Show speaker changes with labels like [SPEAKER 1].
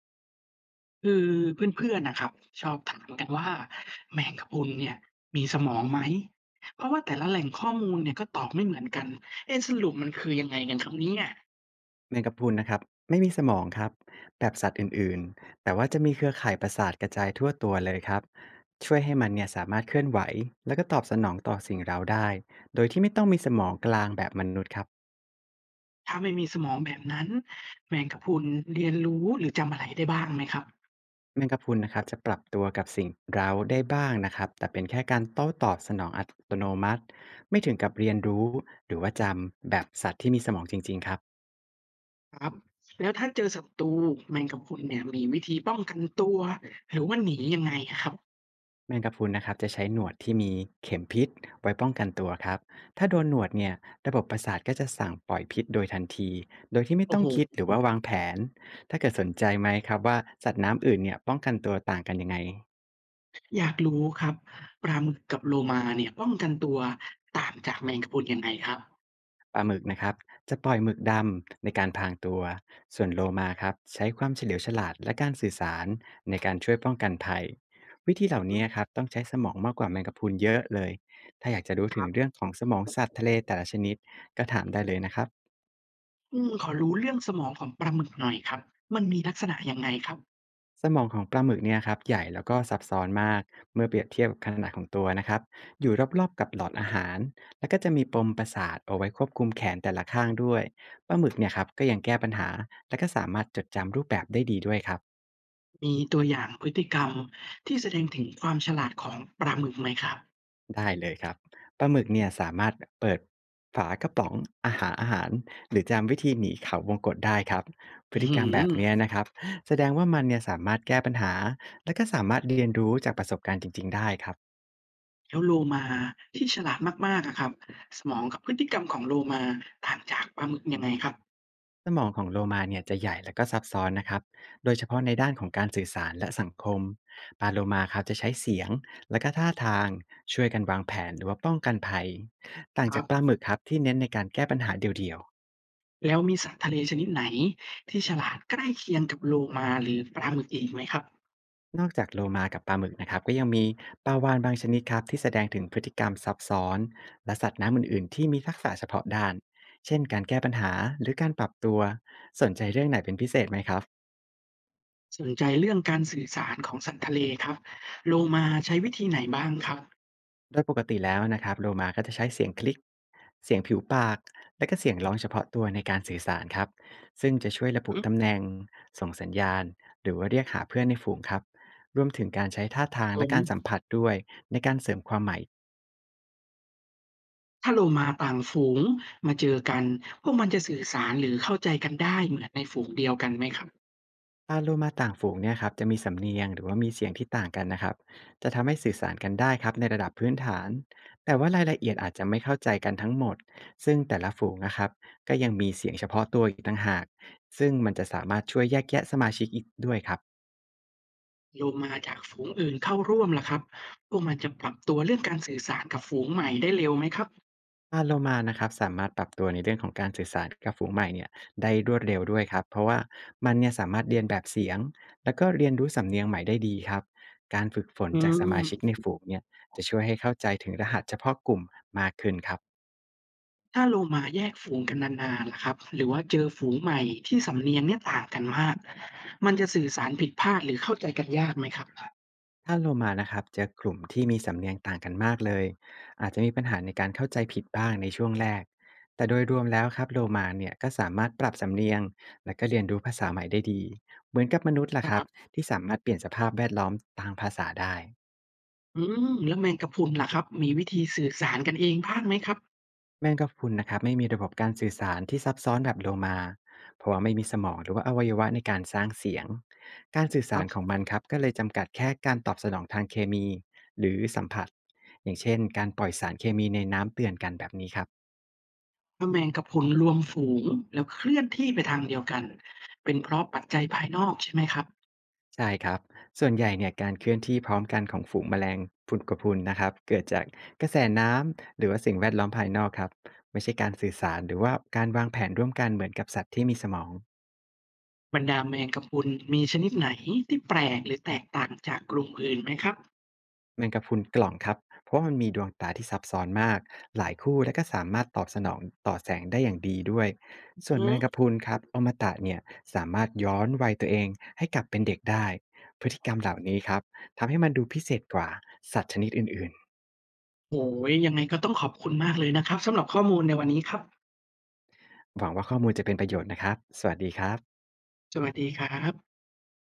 [SPEAKER 1] คือเพื่อนๆน่ะครับชอบถามกันว่าแมงกะพรุนเนี่ยมีสมองไหมเพราะว่าแต่ละแหล่งข้อมูลเนี่ยก็ตอบไม่เหมือนกันเอ๊ะสรุปมันคือยังไงกันครับเนี่ย
[SPEAKER 2] แมงกะพรุนนะครับไม่มีสมองครับแบบสัตว์อื่นๆแต่ว่าจะมีเครือข่ายประสาทกระจายทั่วตัวเลยครับช่วยให้มันเนี่ยสามารถเคลื่อนไหวแล้วก็ตอบสนองต่อสิ่งเร้าได้โดยที่ไม่ต้องมีสมองกลางแบบมนุษย์ครับ
[SPEAKER 1] ถ้าไม่มีสมองแบบนั้นแมงกะพรุนเรียนรู้หรือจำอะไรได้บ้างไหมครับ
[SPEAKER 2] แมงกะพรุนนะครับจะปรับตัวกับสิ่งเร้าได้บ้างนะครับแต่เป็นแค่การโต้ตอบสนองอัตโนมัติไม่ถึงกับเรียนรู้หรือว่าจำแบบสัตว์ที่มีสมองจริงๆครับ
[SPEAKER 1] ครับแล้วถ้าเจอศัตรูแมงกะพรุนเนี่ยมีวิธีป้องกันตัวหรือว่าหนียังไงอะครับ
[SPEAKER 2] แมงกะพรุนนะครับจะใช้หนวดที่มีเข็มพิษไว้ป้องกันตัวครับถ้าโดนหนวดเนี่ยระบบประสาทก็จะสั่งปล่อยพิษโดยทันทีโดยที่ไม่
[SPEAKER 1] โอ้
[SPEAKER 2] ต้อง
[SPEAKER 1] โฮ
[SPEAKER 2] คิดหรือว่าวางแผนถ้าเกิดสนใจไหมครับว่าสัตว์น้ำอื่นเนี่ยป้องกันตัวต่างกันยังไง
[SPEAKER 1] อยากรู้ครับปลาหมึกกับโลมาเนี่ยป้องกันตัวต่างจากแมงกะพรุนยังไงครับ
[SPEAKER 2] ปลาหมึกนะครับจะปล่อยหมึกดำในการพรางตัวส่วนโลมาครับใช้ความเฉลียวฉลาดและการสื่อสารในการช่วยป้องกันภัยวิธีเหล่า
[SPEAKER 1] อือ
[SPEAKER 2] นี้ครับต้องใช้สมองมากกว่าแมงกะพรุนเยอะเลยถ้าอยากจะรู้
[SPEAKER 1] ค
[SPEAKER 2] ถึง
[SPEAKER 1] รับ
[SPEAKER 2] เรื่องของสมองสัตว์ทะเลแต่ละชนิดก็ถามได้เลยนะครับ
[SPEAKER 1] ขอรู้เรื่องสมองของปลาหมึกหน่อยครับ มันมีลักษณะยังไงครับ
[SPEAKER 2] สมองของปลาหมึกเนี่ยครับใหญ่แล้วก็ซับซ้อนมากเมื่อเปรียบเทียบกับขนาดของตัวนะครับอยู่รอบๆกับหลอดอาหารแล้วก็จะมีปมประสาทเอาไว้ควบคุมแขนแต่ละข้างด้วยปลาหมึกเนี่ยครับก็ยังแก้ปัญหาและก็สามารถจดจำรูปแบบได้ดีด้วยครับ
[SPEAKER 1] มีตัวอย่างพฤติกรรมที่แสดงถึงความฉลาดของปลาหมึกไหมครับ
[SPEAKER 2] ได้เลยครับปลาหมึกเนี่ยสามารถเปิดฝากระป๋องอาหารหรือจำวิธีหนีเขาวงกฏได้ครับพฤ
[SPEAKER 1] อื
[SPEAKER 2] ติกรรมแบ
[SPEAKER 1] ม
[SPEAKER 2] บเนี้ยนะครับแสดงว่ามันเนี่ยสามารถแก้ปัญหาและก็สามารถเรียนรู้จากประสบการณ์จริงๆได้ครับ
[SPEAKER 1] แล้วโลมาที่ฉลาดมากๆอะครับสมองกับพฤติกรรมของโลมาต่างจากปลาหมึกยังไงครับ
[SPEAKER 2] สมองของโลมาเนี่ยจะใหญ่และก็ซับซ้อนนะครับโดยเฉพาะในด้านของการสื่อสารและสังคม ปลาโลมาครับจะใช้เสียงและก็ท่าทางช่วยกันวางแผนหรือว่าป้องกันภัยต่าง
[SPEAKER 1] ครั
[SPEAKER 2] จากปลา
[SPEAKER 1] บ
[SPEAKER 2] หมึกครับที่เน้นในการแก้ปัญหาเดี่ยว
[SPEAKER 1] แล้วมีสัตว์ทะเลชนิดไหนที่ฉลาดใกล้เคียงกับโลมาหรือปลาหมึกอีกไหมครับ
[SPEAKER 2] ๆ นอกจากโลมากับปลาหมึกนะครับก็ยังมีปลาวาฬบางชนิดครับที่แสดงถึงพฤติกรรมซับซ้อนและสัตว์น้ำอื่นๆที่มีทักษะเฉพาะด้านเช่นการแก้ปัญหาหรือการปรับตัวสนใจเรื่องไหนเป็นพิเศษไหมครับ
[SPEAKER 1] สนใจเรื่องการสื่อสารของสัตว์ทะเลครับโลมาใช้วิธีไหนบ้างครับ
[SPEAKER 2] โดยปกติแล้วนะครับโลมาก็จะใช้เสียงคลิกเสียงผิวปากและก็เสียงร้องเฉพาะตัวในการสื่อสารครับซึ่งจะช่วยระบุ
[SPEAKER 1] อื
[SPEAKER 2] ตำ
[SPEAKER 1] ม
[SPEAKER 2] แหน่งส่งสัญญาณหรือว่าเรียกหาเพื่อนในฝูงครับรวมถึงการใช้ท่า
[SPEAKER 1] ครั
[SPEAKER 2] ทา
[SPEAKER 1] บ
[SPEAKER 2] ง
[SPEAKER 1] ผ
[SPEAKER 2] และการสัม
[SPEAKER 1] ม
[SPEAKER 2] ผัสด้วยในการเสริมความหมาย
[SPEAKER 1] ถ้าโลมาต่างฝูงมาเจอกันพวกมันจะสื่อสารหรือเข้าใจกันได้เหมือนในฝูงเดียวกันไหมครับ
[SPEAKER 2] ปลาโลมาต่างฝูงเนี่ยครับจะมีสำเนียงหรือว่ามีเสียงที่ต่างกันนะครับจะทำให้สื่อสารกันได้ครับในระดับพื้นฐานแต่ว่ารายละเอียดอาจจะไม่เข้าใจกันทั้งหมดซึ่งแต่ละฝูงนะครับก็ยังมีเสียงเฉพาะตัวอีกต่างหากซึ่งมันจะสามารถช่วยแยกแยะสมาชิกอีกด้วยครับ
[SPEAKER 1] โลมาจากฝูงอื่นเข้าร่วมล่ะครับพวกมันจะปรับตัวเรื่องการสื่อสารกับฝูงใหม่ได้เร็วไหมครับ
[SPEAKER 2] ปลาโลมานะครับสามารถปรับตัวในเรื่องของการสื่อสารกับฝูงใหม่เนี่ยได้รวดเร็วด้วยครับเพราะว่ามันเนี่ยสามารถเรียนแบบเสียงแล้วก็เรียนรู้สำเนียงใหม่ได้ดีครับการฝึกฝน
[SPEAKER 1] อื
[SPEAKER 2] จากสมาชิกใน
[SPEAKER 1] ม
[SPEAKER 2] ฝูงเนี่ยจะช่วยให้เข้าใจถึงรหัสเฉพาะกลุ่มมากขึ้นครับ
[SPEAKER 1] ถ้าโลมาแยกฝูงกันนานๆล่ะครับหรือว่าเจอฝูงใหม่ที่สำเนียงเนี่ยต่างกันมากมันจะสื่อสารผิดพลาดหรือเข้าใจกันยากไหมครับ
[SPEAKER 2] ถ้าโลมานะครับเจอกลุ่มที่มีสำเนียงต่างกันมากเลย อาจจะมีปัญหาในการเข้าใจผิดบ้างในช่วงแรก แต่โดยรวมแล้วครับโลมาเนี่ยก็สามารถปรับสำเนียงและก็เรียนรู้ภาษาใหม่ได้ดี เหมือนกับมนุษย์ล่ะ
[SPEAKER 1] ค
[SPEAKER 2] ครั
[SPEAKER 1] รั
[SPEAKER 2] บ
[SPEAKER 1] บ
[SPEAKER 2] ที่สามารถเปลี่ยนสภาพแวดล้อมทางภาษาได้
[SPEAKER 1] อืแล้วแมงกะพรุนล่ะครับมีวิธีสื่อสารกันเองบ้างไหมครับ
[SPEAKER 2] แมงกะพรุนนะครับไม่มีระบบการสื่อสารที่ซับซ้อนแบบโลมาเพราะว่าไม่มีสมองหรือว่าอวัยวะในการสร้างเสียงการสื่อ
[SPEAKER 1] ค
[SPEAKER 2] สา
[SPEAKER 1] รั
[SPEAKER 2] รข
[SPEAKER 1] บ
[SPEAKER 2] องมันครับก็เลยจำกัดแค่การตอบสนองทางเคมีหรือสัมผัสอย่างเช่นการปล่อยสารเคมีในน้ำเตือนกันแบบนี้ครับ
[SPEAKER 1] ถ้าแมงกะพรุนรวมฝูงแล้วเคลื่อนที่ไปทางเดียวกันเป็นเพราะปัจจัยภายนอกใช่ไหมครับ
[SPEAKER 2] ใช่ครับส่วนใหญ่เนี่ยการเคลื่อนที่พร้อมกันของฝูงแมลงพุนกระพรุนนะครับเกิดจากกระแสน้ำหรือว่าสิ่งแวดล้อมภายนอกครับไม่ใช่การสื่อสารหรือว่าการวางแผนร่วมกันเหมือนกับสัตว์ที่มีสมอง
[SPEAKER 1] บรรดาแมงกะพรุนมีชนิดไหนที่แปลกหรือแตกต่างจากกลุ่มอื่นไหมครับ
[SPEAKER 2] แมงกะพรุนกล่องครับเพราะว่ามันมีดวงตาที่ซับซ้อนมากหลายคู่และก็สามารถตอบสนองต่อแสงได้อย่างดีด้วยส่
[SPEAKER 1] อื
[SPEAKER 2] วน
[SPEAKER 1] อ
[SPEAKER 2] แมงกะพรุนครับอมตะเนี่ยสามารถย้อนวัยตัวเองให้กลับเป็นเด็กได้พฤติกรรมเหล่านี้ครับทำให้มันดูพิเศษกว่าสัตว์ชนิดอื่น
[SPEAKER 1] โอ้ยยังไงก็ต้องขอบคุณมากเลยนะครับสำหรับข้อมูลในวันนี้ครับ
[SPEAKER 2] ๆหวังว่าข้อมูลจะเป็นประโยชน์นะครับสวัสดีครับ
[SPEAKER 1] สวัสดีครับ